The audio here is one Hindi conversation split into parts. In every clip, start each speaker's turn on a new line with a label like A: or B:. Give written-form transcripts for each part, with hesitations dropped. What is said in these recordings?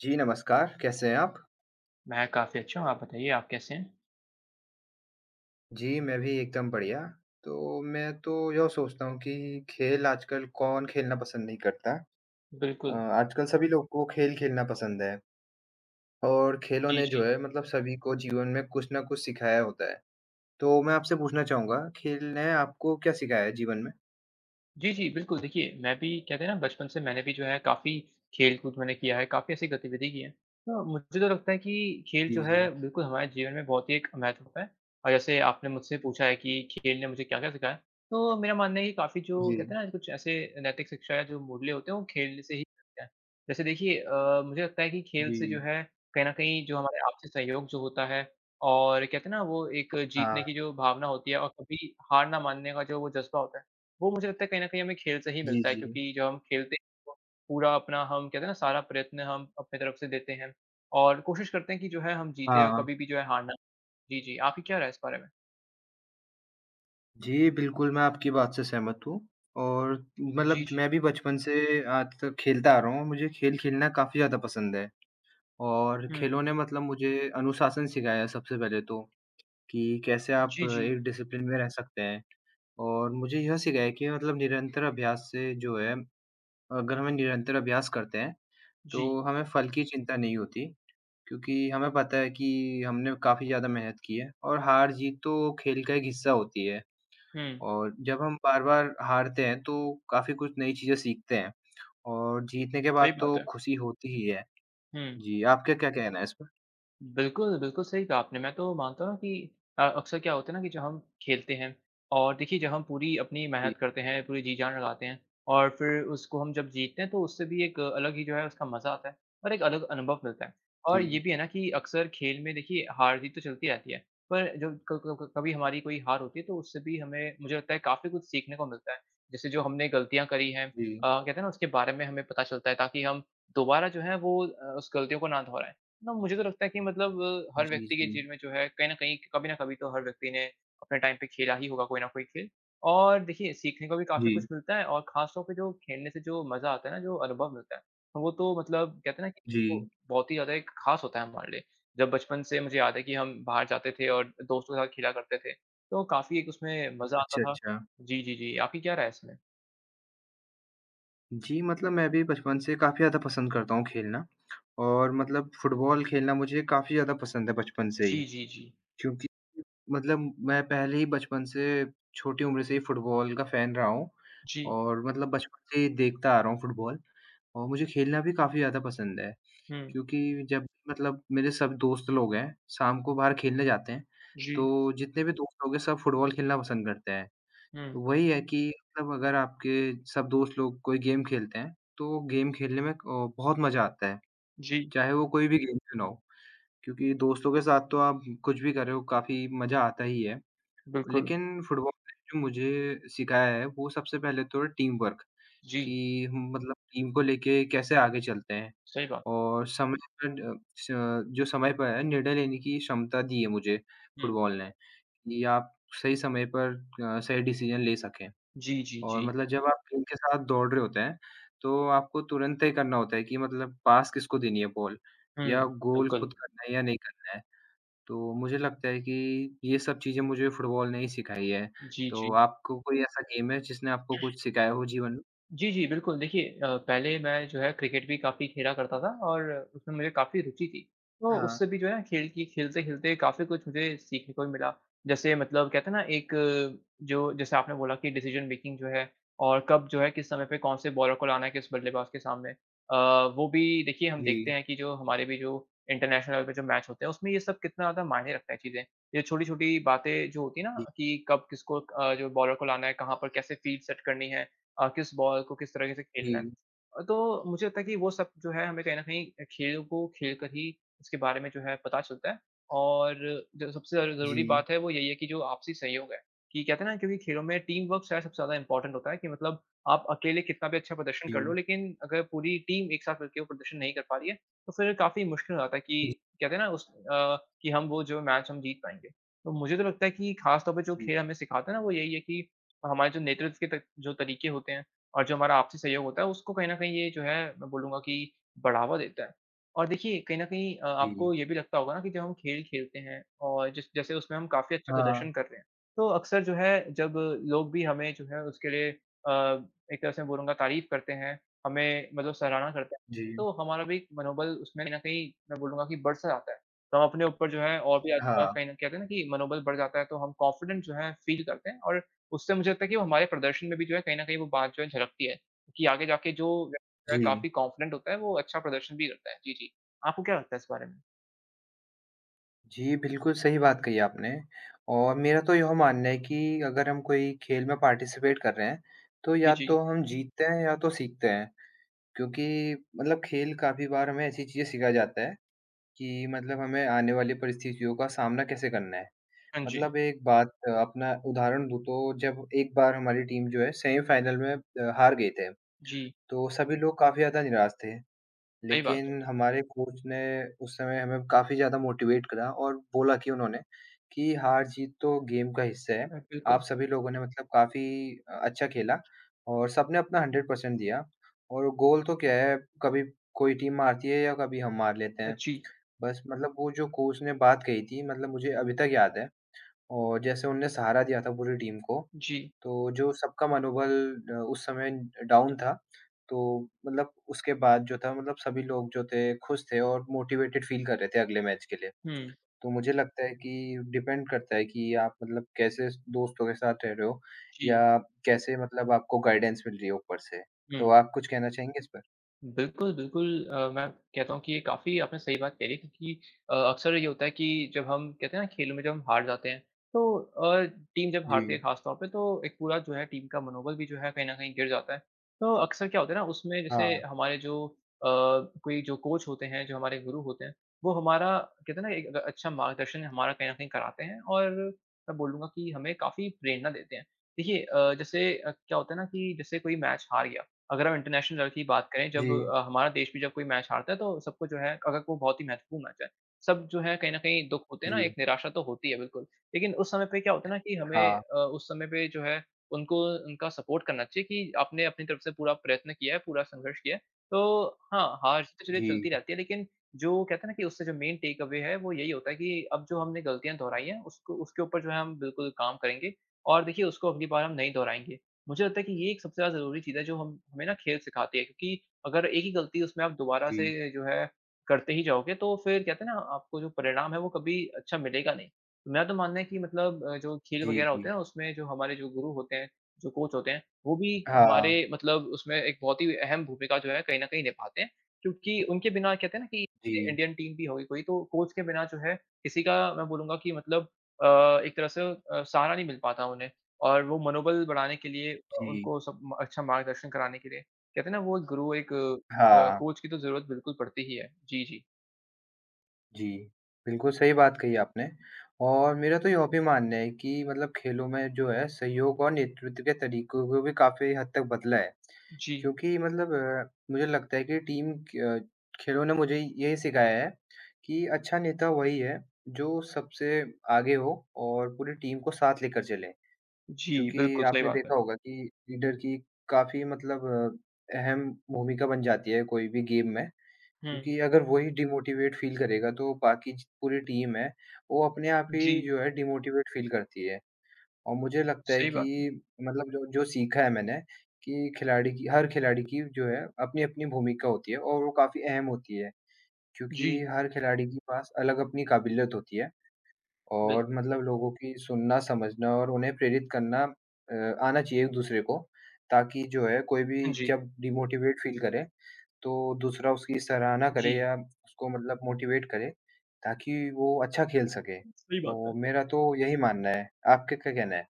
A: जी, नमस्कार, कैसे हैं आप?
B: मैं काफ़ी अच्छा हूँ, आप बताइए आप कैसे हैं?
A: जी, मैं भी एकदम बढ़िया। तो मैं तो यह सोचता हूँ कि खेल आजकल कौन खेलना पसंद नहीं करता।
B: बिल्कुल।
A: आजकल सभी लोग को खेल खेलना पसंद है और खेलों
B: जी,
A: ने जो
B: जी।
A: है मतलब सभी को जीवन में कुछ न कुछ सिखाया होता है। तो मैं आपसे पूछना चाहूँगा, खेल ने आपको क्या सिखाया है जीवन में?
B: जी, जी, बिल्कुल। देखिए, मैं भी कहते हैं ना बचपन से मैंने भी जो है काफ़ी खेल-कूद मैंने किया है, काफ़ी ऐसी गतिविधि की है। तो मुझे तो लगता है कि खेल
A: जी,
B: जो है
A: जी।
B: बिल्कुल हमारे जीवन में बहुत ही एक महत्व होता है। और जैसे आपने मुझसे पूछा है कि खेल ने मुझे क्या-क्या सिखाया है, तो मेरा मानना है कि काफ़ी जो कहते
A: जी,
B: हैं ना कुछ ऐसे नैतिक शिक्षा या जो मूल्य होते हैं वो खेल से ही मिलते हैं। जैसे देखिए मुझे लगता है कि खेल
A: जी।
B: से जो है कहीं न कहीं जो हमारे आपसी सहयोग जो होता है और कहते हैं ना वो एक जीतने
A: हाँ,
B: की जो भावना होती है और कभी हार ना मानने का जो वो जज़्बा होता है, वो मुझे लगता है कहीं न कहीं हमें खेल से ही
A: जी,
B: मिलता है
A: जी।
B: क्योंकि जब हम खेलते हैं तो पूरा अपना हम कहते हैं ना सारा प्रयत्न हम अपनी तरफ से देते हैं और कोशिश करते हैं कि जो है हम जीते और
A: हाँ।
B: कभी भी जो है हारना। जी, जी। आपकी क्या राय है इस बारे में?
A: जी, बिल्कुल, मैं आपकी बात से सहमत हूँ और
B: जी,
A: मतलब
B: जी।
A: मैं भी बचपन से आज तक खेलता आ रहा हूँ, मुझे खेल खेलना काफ़ी ज़्यादा पसंद है और
B: हुँ।
A: खेलों ने मतलब मुझे अनुशासन सिखाया है। सबसे पहले तो कि कैसे आप
B: जी, जी।
A: एक डिसिप्लिन में रह सकते हैं और मुझे यह सिखाया कि मतलब निरंतर अभ्यास से जो है, अगर हमें निरंतर अभ्यास करते हैं,
B: जी।
A: तो हमें फल की चिंता नहीं होती क्योंकि हमें पता है कि हमने काफ़ी ज़्यादा मेहनत की है और हार-जीत तो खेल का एक हिस्सा होती है।
B: हुँ,
A: और जब हम बार-बार हारते हैं तो काफ़ी कुछ नई चीज़ें सीखते हैं और जीतने के
B: सही
A: बाद
B: बात
A: तो
B: है।
A: खुशी होती ही है।
B: हुँ।
A: जी, आपका क्या कहना है इस पर?
B: बिल्कुल, बिल्कुल सही कहा आपने। मैं तो मानता हूँ कि अक्सर क्या होता है ना कि जब हम खेलते हैं और देखिए जब हम पूरी अपनी
A: जी,
B: मेहनत करते हैं, पूरी जी-जान लगाते हैं और फिर उसको हम जब जीतते हैं तो उससे भी एक अलग ही जो है उसका मज़ा आता है और एक अलग अनुभव मिलता है। और ये
A: जी,
B: भी है ना कि अक्सर खेल में देखिए हार-जीत तो चलती रहती है, पर जब क क क कभी हमारी कोई हार होती है तो उससे भी हमें मुझे लगता है काफ़ी कुछ सीखने को मिलता है। जैसे जो हमने गलतियाँ करी हैं,
A: जी।
B: कहते हैं ना उसके बारे में हमें पता चलता है ताकि हम दोबारा जो है वो उस गलतियों को ना दोहराएँ। ना मुझे तो लगता है कि मतलब हर
A: जी,
B: व्यक्ति के
A: जी।
B: जीवन में जो है कहीं न कहीं कभी न कभी तो हर व्यक्ति ने अपने टाइम पे खेला ही होगा कोई न कोई खेल। और देखिए सीखने को भी काफ़ी कुछ
A: जी,
B: मिलता है और ख़ास तौर पे जो खेलने से जो मज़ा आता है ना, जो अनुभव मिलता है, तो वो तो मतलब कहते हैं ना कि
A: जी।
B: वो बहुत ही ज़्यादा एक ख़ास होता है हमारे लिए। जब बचपन से मुझे याद है कि हम बाहर जाते थे और दोस्तों के साथ खेला करते थे, तो काफ़ी एक उसमें मज़ा आता
A: अच्छा,
B: था।
A: अच्छा।
B: जी, जी, जी। आपकी क्या राय है इसमें?
A: जी, मतलब मैं भी बचपन से काफ़ी ज़्यादा पसंद करता हूँ खेलना और मतलब फुटबॉल खेलना मुझे काफ़ी ज़्यादा पसंद है बचपन से ही
B: जी, जी, जी।
A: क्योंकि मतलब मैं पहले ही बचपन से छोटी उम्र से ही फुटबॉल का फ़ैन रहा हूँ
B: जी।
A: और मतलब बचपन से ही देखता आ रहा हूँ फुटबॉल। और मुझे खेलना भी काफ़ी ज़्यादा पसंद है,
B: हुँ।
A: क्योंकि जब मतलब मेरे सब दोस्त लोग हैं, शाम को बाहर खेलने जाते हैं,
B: जी।
A: तो जितने भी दोस्त लोग हैं सब फुटबॉल खेलना पसंद करते हैं।
B: हुँ।
A: तो वही है कि मतलब अगर आपके सब दोस्त लोग कोई गेम खेलते हैं, तो गेम खेलने में बहुत मज़ा आता है,
B: जी।
A: चाहे वो कोई भी गेम क्यों ना हो। क्योंकि दोस्तों के साथ तो आप कुछ भी करो, काफ़ी मज़ा आता ही है।
B: बिल्कुल।
A: लेकिन फुटबॉल ने जो मुझे सिखाया है, वो सबसे पहले तो है टीम वर्क।
B: जी,
A: कि हम मतलब टीम को लेके कैसे आगे चलते हैं
B: सही बात।
A: और समय पर अ, स जो समय पर है निर्णय लेने की क्षमता दी है मुझे
B: हुँ।
A: फुटबॉल ने, कि आप सही समय पर सही डिसीज़न ले सकें
B: जी, जी,
A: और
B: जी।
A: मतलब जब आप टीम के साथ दौड़ रहे होते हैं, तो आपको तुरंत तय करना होता है कि मतलब पास किसको देनी है बॉल
B: हुँ,
A: या गोल
B: बिल्कुल।
A: खुद करना है या नहीं करना है। तो मुझे लगता है कि ये सब चीज़ें मुझे फुटबॉल ने ही सिखाई है।
B: जी, जी।
A: तो आपको कोई ऐसा गेम है जिसने आपको कुछ सिखाया हो जीवन में?
B: जी, जी, बिल्कुल। देखिए पहले मैं जो है क्रिकेट भी काफ़ी खेला करता था और उसमें मुझे काफ़ी रुचि थी। तो
A: हाँ,
B: उससे भी जो है ना खेल की खेलते-खेलते काफ़ी कुछ मुझे सीखने को भी मिला। जैसे मतलब कहते हैं ना एक जो जैसे आपने बोला कि डिसीजन मेकिंग जो है और कब जो है किस समय पे कौन से बॉलर को लाना है किस बल्लेबाज के सामने। वो भी देखिए हम देखते
A: जी।
B: हैं कि जो हमारे भी जो इंटरनेशनल लेवल पे जो मैच होते हैं उसमें ये सब कितना ज़्यादा मायने रखता है चीज़ें। ये छोटी-छोटी बातें जो होती है ना
A: जी,
B: कि कब किसको जो बॉलर को लाना है, कहाँ पर कैसे फ़ील्ड सेट करनी है, किस बॉल को किस तरीके से खेलना है।
A: जी,
B: तो मुझे लगता है कि वो सब जो है हमें कहीं न कहीं खेल को खेल कर ही उसके बारे में जो है पता चलता है और जो सबसे ज़्यादा
A: जी।
B: ज़रूरी बात है वो यही है कि जो आपसी सहयोग है, कि कहते हैं ना क्योंकि खेलों में टीम वर्क शायद सबसे ज़्यादा इम्पोर्टेंट होता है कि मतलब आप अकेले कितना भी अच्छा प्रदर्शन कर लो
A: जी,
B: लेकिन अगर पूरी टीम एक साथ मिलके वो प्रदर्शन नहीं कर पा रही है, तो फिर काफ़ी मुश्किल हो जाता है
A: जी,
B: कि कहते हैं ना उस कि हम वो जो मैच हम जीत पाएँगे। तो मुझे तो लगता है कि ख़ास तौर पे जो
A: जी,
B: खेल हमें सिखाते हैं ना वो यही है कि हमारे जो नेतृत्व के त जो तरीके होते हैं और जो हमारा आपसी सहयोग होता है, उसको कहीं न कहीं ये जो है मैं बोलूँगा कि बढ़ावा देता है। और देखिए कहीं न कहीं
A: जी, जी।
B: आपको ये भी लगता होगा ना कि जब हम खेल खेलते हैं और जिस जैसे उसमें हम काफ़ी अच्छा
A: हाँ।
B: प्रदर्शन कर रहे हैं, तो अक्सर जो है जब लोग भी हमें जो है उसके लिए एक तरह से मैं बोलूँगा तारीफ़ करते हैं, हमें मतलब सराहना करते हैं,
A: जी,
B: तो हमारा भी मनोबल उसमें कहीं न कहीं मैं बोलूँगा कि बढ़ सा जाता है। तो हम अपने ऊपर जो है और भी ज़्यादा
A: हाँ।
B: कहीं न कहते हैं ना कि मनोबल बढ़ जाता है, तो हम कॉन्फिडेंट जो है फ़ील करते हैं और उससे मुझे लगता है कि वो हमारे प्रदर्शन में भी जो है कहीं न कहीं वो बात जो है झलकती है, कि आगे जाके जो व्यक्ति जो है
A: जी।
B: काफ़ी कॉन्फिडेंट होता है, वो अच्छा प्रदर्शन भी करता है। जी, जी। आपको क्या लगता है इस बारे में?
A: जी, बिल्कुल सही बात कही आपने और मेरा तो यह मानना है कि अगर हम कोई खेल में पार्टिसिपेट कर रहे हैं, तो
B: जी,
A: या
B: जी।
A: तो हम जीतते हैं या तो सीखते हैं। क्योंकि मतलब खेल काफ़ी बार हमें ऐसी चीज़ें सिखाया जाता है कि मतलब हमें आने वाली परिस्थितियों का सामना कैसे करना है।
B: हाँ जी।
A: मतलब एक बात अपना उदाहरण दूँ तो जब एक बार हमारी टीम जो है सेमीफ़ाइनल में हार गई थे।
B: जी,
A: तो सभी लोग काफ़ी ज़्यादा निराश थे,
B: सही बात है।
A: लेकिन हमारे कोच ने उस समय हमें काफ़ी ज़्यादा मोटिवेट करा और बोला कि उन्होंने कि हार-जीत तो गेम का हिस्सा है। आप
B: बिल्कुल।
A: सभी लोगों ने मतलब काफ़ी अच्छा खेला और सबने अपना 100% दिया और गोल तो क्या है, कभी कोई टीम मारती है या कभी हम मार लेते हैं।
B: जी।
A: बस मतलब वो जो कोच ने बात कही थी मतलब मुझे अभी तक याद है और जैसे उनने सहारा दिया था पूरी टीम को
B: जी।
A: तो जो सबका मनोबल उस समय डाउन था, तो मतलब उसके बाद जो था मतलब सभी लोग जो थे खुश थे और मोटिवेटेड फ़ील कर रहे थे अगले मैच के लिए।
B: हुँ।
A: तो मुझे लगता है कि डिपेंड करता है कि आप मतलब कैसे स दोस्तों के साथ रह रहे हो
B: जी।
A: या कैसे मतलब आपको गाइडेंस मिल रही है ऊपर से। तो
B: हुँ।
A: आप कुछ कहना चाहेंगे इस पर?
B: बिल्कुल, बिल्कुल मैं कहता हूँ कि ये काफ़ी आपने सही बात करी क्योंकि अक्सर ये होता है कि जब हम कहते हैं ना खेलों में जब हम हार जाते हैं, तो टीम जब
A: जी।
B: हारती है ख़ास तौर पे तो एक पूरा जो है टीम का मनोबल भी जो है कहीं न कहीं गिर जाता है। तो अक्सर क्या होता है ना उसमें जैसे
A: हाँ।
B: हमारे जो अ, कोई जो कोच होते हैं, जो हमारे गुरु होते हैं, वो हमारा कहते हैं ना एक अच्छा मार्गदर्शन हमारा कहीं न कहीं कराते हैं और मैं बोलूँगा कि हमें काफ़ी प्रेरणा देते हैं। देखिए जैसे क्या होता है ना कि जैसे कोई मैच हार गया, अगर हम इंटरनेशनल लेवल की बात करें जब
A: जी,
B: हमारा देश भी जब कोई मैच हारता है तो सबको जो है अगर वो बहुत ही महत्वपूर्ण मैच है, सब जो है कहीं न कहीं दुःख होते हैं ना, एक
A: जी।
B: निराशा तो होती है बिल्कुल। लेकिन उस समय पे क्या होता है ना कि हमें
A: हाँ।
B: उस समय पे जो है उनको उनका सपोर्ट करना चाहिए कि आपने अपनी तरफ से पूरा प्रयत्न किया है, पूरा संघर्ष किया है। तो हाँ, हार-जीत तो चलिए चलती
A: जी,
B: रहती है लेकिन जो कहते हैं ना कि उससे जो मेन टेक अवे है वो यही होता है कि अब जो हमने गलतियाँ दोहराई हैं उसको उसके ऊपर जो है हम बिल्कुल काम करेंगे और देखिए उसको अगली बार हम नहीं दोहराएँगे। मुझे लगता है कि ये एक सबसे ज़्यादा ज़रूरी चीज़ है जो हम हमें ना खेल सिखाती है क्योंकि अगर एक ही गलती उसमें आप दोबारा
A: जी,
B: से जो है करते ही जाओगे तो फिर कहते हैं ना आपको जो परिणाम है वो कभी अच्छा मिलेगा नहीं। तो मेरा तो मानना है कि मतलब जो खेल
A: जी,
B: वग़ैरह होते
A: जी।
B: हैं ना उसमें जो हमारे जो गुरु होते हैं, जो कोच होते हैं, वो भी
A: हाँ।
B: हमारे मतलब उसमें एक बहुत ही अहम भूमिका जो है कहीं न कहीं निभाते हैं। क्योंकि उनके बिना कहते हैं ना कि
A: जी,
B: इंडियन टीम भी होगी कोई तो कोच के बिना जो है किसी का मैं बोलूँगा कि मतलब एक तरह से सहारा नहीं मिल पाता उन्हें। और वो मनोबल बढ़ाने के लिए,
A: जी।
B: उनको सब अच्छा मार्गदर्शन कराने के लिए, कहते हैं ना वो एक गुरु एक
A: हाँ।
B: कोच की तो ज़रूरत बिल्कुल पड़ती ही है। जी, जी।
A: जी, बिल्कुल सही बात कही आपने और मेरा तो यो भी मानना है कि मतलब खेलों में जो है सहयोग और नेतृत्व के तरीकों को भी काफ़ी हद तक बदला है।
B: जी,
A: क्योंकि मुझे लगता है कि अ, खेलों ने मुझे यही सिखाया है कि अच्छा नेता वही है जो सबसे आगे हो और पूरी टीम को साथ लेकर चले।
B: जी,
A: क्योंकि
B: बिल्कुल सही
A: आपने
B: बात है।
A: देखा होगा कि लीडर की काफ़ी मतलब अहम भूमिका बन जाती है कोई भी गेम में।
B: हुँ,
A: क्योंकि अगर वही डिमोटिवेट फ़ील करेगा तो बाकी ज पूरी टीम है, वो अपने आप
B: जी,
A: ही जो है डिमोटिवेट फ़ील करती है। और मुझे लगता है
B: सही बात है।
A: कि मतलब जो जो सीखा है मैंने कि खिलाड़ी की हर खिलाड़ी की जो है अपनी-अपनी भूमिका होती है और वो काफ़ी अहम होती है। क्योंकि
B: जी,
A: हर खिलाड़ी के पास अलग अपनी काबिलियत होती है और
B: बिल्कुल।
A: मतलब लोगों की सुनना, समझना और उन्हें प्रेरित करना अ, आना चाहिए एक-दूसरे को ताकि जो है कोई भी
B: हाँ जी,
A: जब डिमोटिवेट फ़ील करे तो दूसरा उसकी सराहना
B: जी,
A: करे या उसको मतलब मोटिवेट करे, ताकि वो अच्छा खेल सके।
B: सही बात है।
A: तो मेरा तो यही मानना है, आपका क्या कहना है?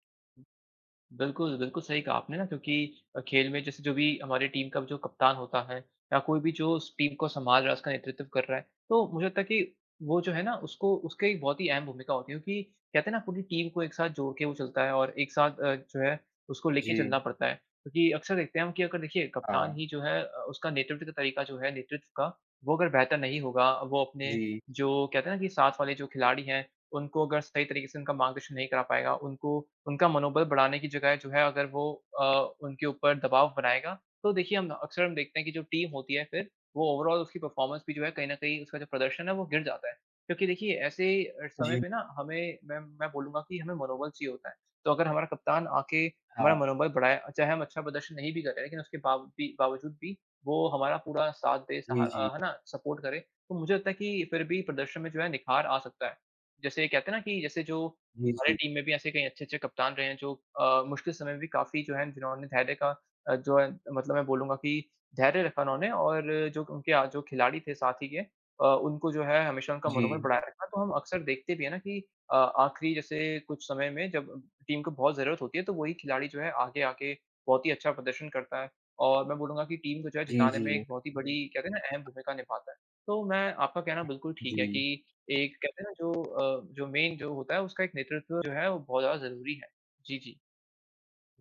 B: बिल्कुल, बिल्कुल सही कहा आपने ना क्योंकि खेल में जैसे जो भी हमारी टीम का जो कप्तान होता है या कोई भी जो उस टीम को सँभाल रहा है, उसका नेतृत्व कर रहा है, तो मुझे लगता है कि वो जो है ना उसको उसकी एक बहुत ही अहम भूमिका होती है क्योंकि कहते हैं ना पूरी टीम को एक साथ जोड़ के वो चलता है और एक साथ जो है उसको लेके चलना
A: जी,
B: पड़ता है। क्योंकि अक्सर देखते हैं हम कि अगर देखिए कप्तान
A: हाँ,
B: ही जो है उसका नेतृत्व का तरीका जो है नेतृत्व का, वो अगर बेहतर नहीं होगा, वो अपने
A: जी,
B: जो कहते हैं ना कि साथ वाले जो खिलाड़ी हैं उनको अगर सही तरीके से उनका मार्गदर्शन नहीं करा पाएगा, उनको उनका मनोबल बढ़ाने की जगह जो है अगर वो अ, उनके ऊपर दबाव बनाएगा, तो देखिए हम अक्सर हम देखते हैं कि जो टीम होती है फिर, वो ओवरऑल उसकी परफ़ॉर्मेंस भी जो है कहीं न कहीं उसका जो प्रदर्शन है वो गिर जाता है। क्योंकि देखिए ऐसे समय
A: जी,
B: पे ना हमें मैं बोलूँगा कि हमें मनोबल चाहिए होता है। तो अगर हमारा कप्तान आके हमारा
A: हाँ,
B: मनोबल बढ़ाए, चाहे हम अच्छा प्रदर्शन नहीं भी करें लेकिन उसके बावजूद भी वो हमारा पूरा साथ दे
A: जी, जी,
B: है ना? सपोर्ट करे, तो मुझे लगता है कि फिर भी प्रदर्शन में जो है निखार आ सकता है। जैसे कहते हैं ना कि जैसे जो
A: जी,
B: हमारे
A: जी,
B: टीम में भी ऐसे कई अच्छे-अच्छे कप्तान रहे हैं जो मुश्किल समय में भी काफ़ी जो है जिन्होंने धैर्य का जो है मतलब मैं बोलूँगा कि धैर्य रखा उन्होंने और जो उनके आ जो खिलाड़ी थे साथी के उनको जो है हमेशा उनका मनोबल
A: जी,
B: बढ़ाए रखा। तो हम अक्सर देखते भी हैं ना कि आखिरी जैसे कुछ समय में जब टीम को बहुत ज़रूरत होती है तो वही खिलाड़ी जो है आगे आके बहुत ही अच्छा प्रदर्शन करता है और मैं बोलूँगा कि टीम को जो है
A: जी,
B: जिताने
A: जी,
B: में एक बहुत ही बड़ी कहते हैं ना अहम भूमिका निभाता है। तो मैं आपका कहना बिल्कुल ठीक है कि
A: जी,
B: एक कहते हैं ना जो जो मेन जो होता है उसका एक नेतृत्व जो है वो बहुत ज़्यादा ज़रूरी है। जी, जी।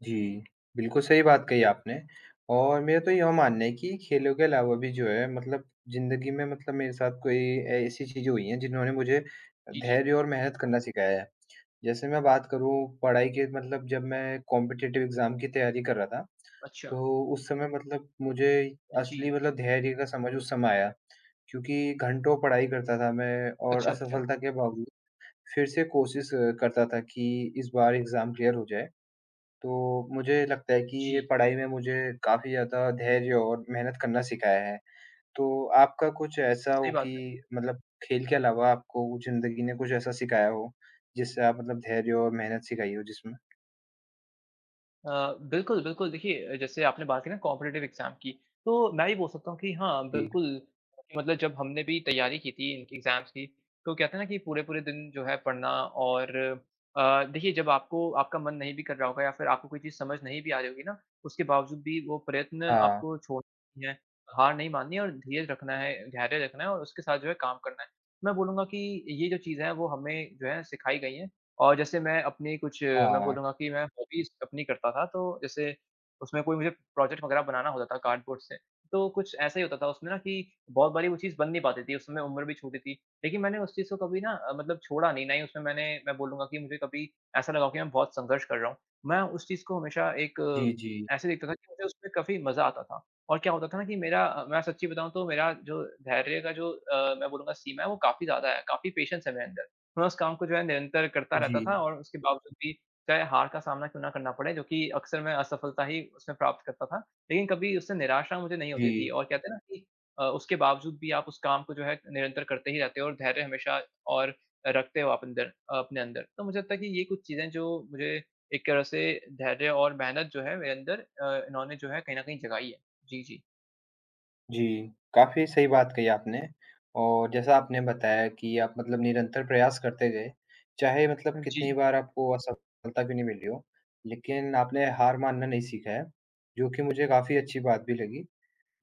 A: जी। बिल्कुल सही बात कही आपने और मेरा तो यह मानना है कि खेलों के अलावा भी जो है मतलब ज़िंदगी में मतलब मेरे साथ कोई ऐसी चीज़ें हुई हैं जिन्होंने मुझे
B: जी, जी।
A: धैर्य और मेहनत करना सिखाया है। जैसे मैं बात करूँ पढ़ाई के मतलब जब मैं कॉम्पिटिटिव एग्ज़ाम की तैयारी कर रहा था,
B: अच्छा।
A: तो उस समय मतलब मुझे
B: जी।
A: असली मतलब धैर्य का समझ उस समय आया। क्योंकि घंटों पढ़ाई करता था मैं और
B: अच्छा, अच्छा।
A: असफलता के बावजूद फिर से कोशिश करता था कि इस बार एग्ज़ाम क्लियर हो जाए। तो मुझे लगता है कि ये
B: जी,
A: पढ़ाई में मुझे काफ़ी ज़्यादा धैर्य और मेहनत करना सिखाया है। तो आपका कुछ ऐसा
B: सही
A: हो कि
B: बात है।
A: मतलब खेल के अलावा आपको ज़िंदगी ने कुछ ऐसा सिखाया हो, जिससे आप मतलब धैर्य और मेहनत सिखाई हो जिसमें?
B: अ, बिल्कुल, बिल्कुल। देखिए, जैसे आपने बात की ना कॉम्पिटिटिव एग्ज़ाम की, तो मैं ये बोल सकता हूँ कि हाँ,
A: जी।
B: बिल्कुल मतलब जब हमने भी तैयारी की थी इन एग्ज़ाम्स की, तो क्या था ना कि पूरे-पूरे दिन जो है पढ़ना और देखिए जब आपको आपका मन नहीं भी कर रहा होगा या फिर आपको कोई चीज़ समझ नहीं भी आ रही होगी ना, उसके बावजूद भी वो प्रयत्न
A: हाँ,
B: आपको छोड़ना नहीं है, हार नहीं माननी है और धीरज रखना है, धैर्य रखना है और उसके साथ जो है काम करना है। मैं बोलूँगा कि ये जो चीज़ें हैं, वो हमें जो है सिखाई गई हैं और जैसे मैं अपनी कुछ मैं
A: हाँ।
B: बोलूँगा कि मैं हॉबीज़ अपनी करता था, तो जैसे उसमें कोई मुझे प्रोजेक्ट वगैरह बनाना होता था कार्डबोर्ड से, तो कुछ ऐसा ही होता था उसमें ना कि बहुत बारी वो चीज़ बन नहीं पाती थी, उस समय उम्र भी छोटी थी। लेकिन मैंने उस चीज़ को कभी ना मतलब छोड़ा नहीं, ना ही उसमें मैं बोलूँगा कि मुझे कभी ऐसा लगा कि मैं बहुत संघर्ष कर रहा हूँ। मैं उस चीज़ को हमेशा एक
A: जी, जी।
B: ऐसे देखता था कि मुझे उसमें काफ़ी मज़ा आता था और क्या होता था ना कि मेरा मैं सच्ची बताऊँ तो मेरा जो धैर्य का जो मैं बोलूँगा सीमा है वो काफ़ी ज़्यादा है, काफ़ी पेशेंस है मेरे अंदर। मैं उस काम को जो है निरंतर करता
A: जी,
B: रहता था और उसके बावजूद भी चाहे हार का सामना क्यों ना करना पड़े, जो कि अक्सर मैं असफलता ही उसमें प्राप्त करता था। लेकिन कभी उससे निराशा मुझे नहीं होती थी
A: जी,
B: और कहते हैं ना कि उसके बावजूद भी आप उस काम को जो है निरंतर करते ही रहते हो और धैर्य हमेशा और रखते हो आप अंदर अपने अंदर। तो मुझे लगता है कि ये कुछ चीज़ें जो मुझे एक तरह से धैर्य और मेहनत जो है मेरे अंदर इन्होंने जो है कहीं न कहीं जगाई है। जी, जी।
A: जी। काफ़ी सही बात कही आपने और जैसा आपने बताया कि आप मतलब निरंतर प्रयास करते गए, चाहे मतलब
B: हाँ जी।
A: कितनी बार आपको असफलता क्यों नहीं मिली हो, लेकिन आपने हार मानना नहीं सीखा है, जो कि मुझे काफ़ी अच्छी बात भी लगी।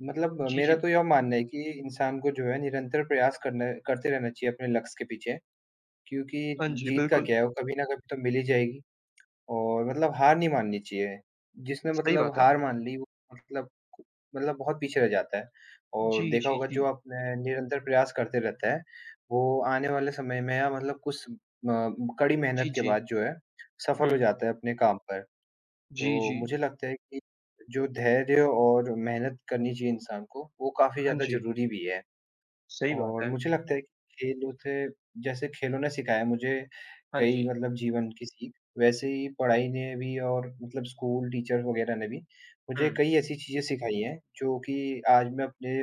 A: मतलब
B: जी,
A: मेरा
B: जी।
A: तो यह मानना है कि इंसान को जो है निरंतर प्रयास करना करते रहना चाहिए अपने लक्ष्य के पीछे, क्योंकि
B: हाँ जी,
A: जीत का
B: बिल्कुल।
A: क्या है वो कभी ना कभी तो मिल ही जाएगी और मतलब हार नहीं माननी चाहिए। जिसने
B: सही
A: मतलब
B: बात है।
A: हार मान ली वो मतलब मतलब बहुत पीछे रह जाता है
B: जी,
A: और देखा
B: जी,
A: होगा
B: जी।
A: जो आपने निरंतर प्रयास करते रहता है, वो आने वाले समय में या मतलब कुछ कड़ी
B: जी,
A: मेहनत के
B: जी।
A: बाद जो है सफल हो
B: हुँ।
A: जाता है अपने काम पर।
B: जी,
A: तो
B: जी।
A: मुझे लगता है कि जो धैर्य और मेहनत करनी चाहिए इंसान को, वो काफ़ी
B: हाँ
A: ज़्यादा
B: जी,
A: ज़रूरी भी है।
B: सही बात
A: और
B: है।
A: मुझे लगता है कि खेलों से जैसे खेलों ने सिखाया मुझे
B: हाँ
A: कई
B: जी।
A: मतलब जीवन की सीख, वैसे ही पढ़ाई ने भी और मतलब स्कूल, टीचर वग़ैरह ने भी मुझे
B: हुँ।
A: कई ऐसी चीज़ें सिखाई हैं, जो कि आज मैं अपने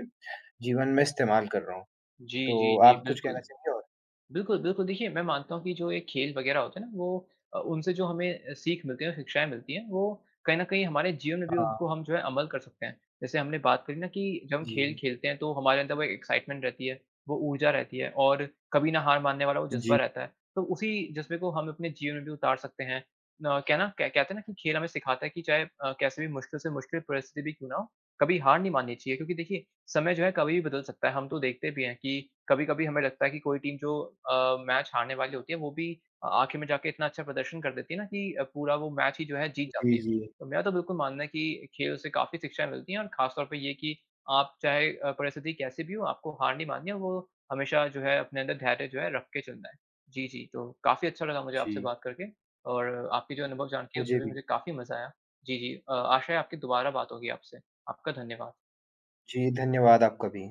A: जीवन में इस्तेमाल कर रहा हूँ।
B: जी, जी,
A: तो
B: जी,
A: आप कुछ कहना
B: बिल्कुल।
A: चाहेंगे और?
B: बिल्कुल, बिल्कुल देखिए मैं मानता हूँ कि जो ये खेल वग़ैरह होते हैं ना वो उनसे जो हमें सीख मिलती है, शिक्षाएँ मिलती हैं वो कहीं न कहीं हमारे जीवन में भी
A: हाँ,
B: उनको हम जो है अमल कर सकते हैं। जैसे हमने बात करी ना कि जब हम
A: जी।
B: खेल खेलते हैं तो हमारे अंदर वो एक एक्साइटमेंट रहती है, वो ऊर्जा रहती है और कभी ना हार मानने वाला वो जज़्बा
A: जी,
B: रहता है। तो उसी जज़्बे को हम अपने जीवन में भी उतार सकते हैं। न क्या ना क्या कहते हैं ना कि खेल हमें सिखाता है कि चाहे कैसे भी मुश्किल से मुश्किल परिस्थिति भी क्यों ना हो, कभी हार नहीं माननी चाहिए क्योंकि देखिए समय जो है कभी भी बदल सकता है। हम तो देखते भी हैं कि कभी-कभी हमें लगता है कि कोई टीम जो मैच हारने वाली होती है वो भी आखिर में जाके इतना अच्छा प्रदर्शन कर देती है ना कि पूरा वो मैच ही जो है जीत जाती
A: जी,
B: है।
A: जी।
B: तो मेरा तो बिल्कुल मानना है कि खेल से काफ़ी शिक्षाएँ मिलती हैं और ख़ास तौर पे ये कि आप चाहे परिस्थिति कैसी भी हो आपको हार नहीं माननी है, वो हमेशा जो है अपने अंदर धैर्य जो है रख के चलना है। जी, जी। तो काफ़ी अच्छा लगा मुझे आपसे
A: जी,
B: बात करके और आपके जो अनुभव जान के उससे
A: मुझे
B: भी
A: भी।
B: मुझे काफ़ी मज़ा आया। जी, जी। आशा है आपकी दोबारा बात होगी आपसे। आपका धन्यवाद।
A: जी, धन्यवाद आपका भी।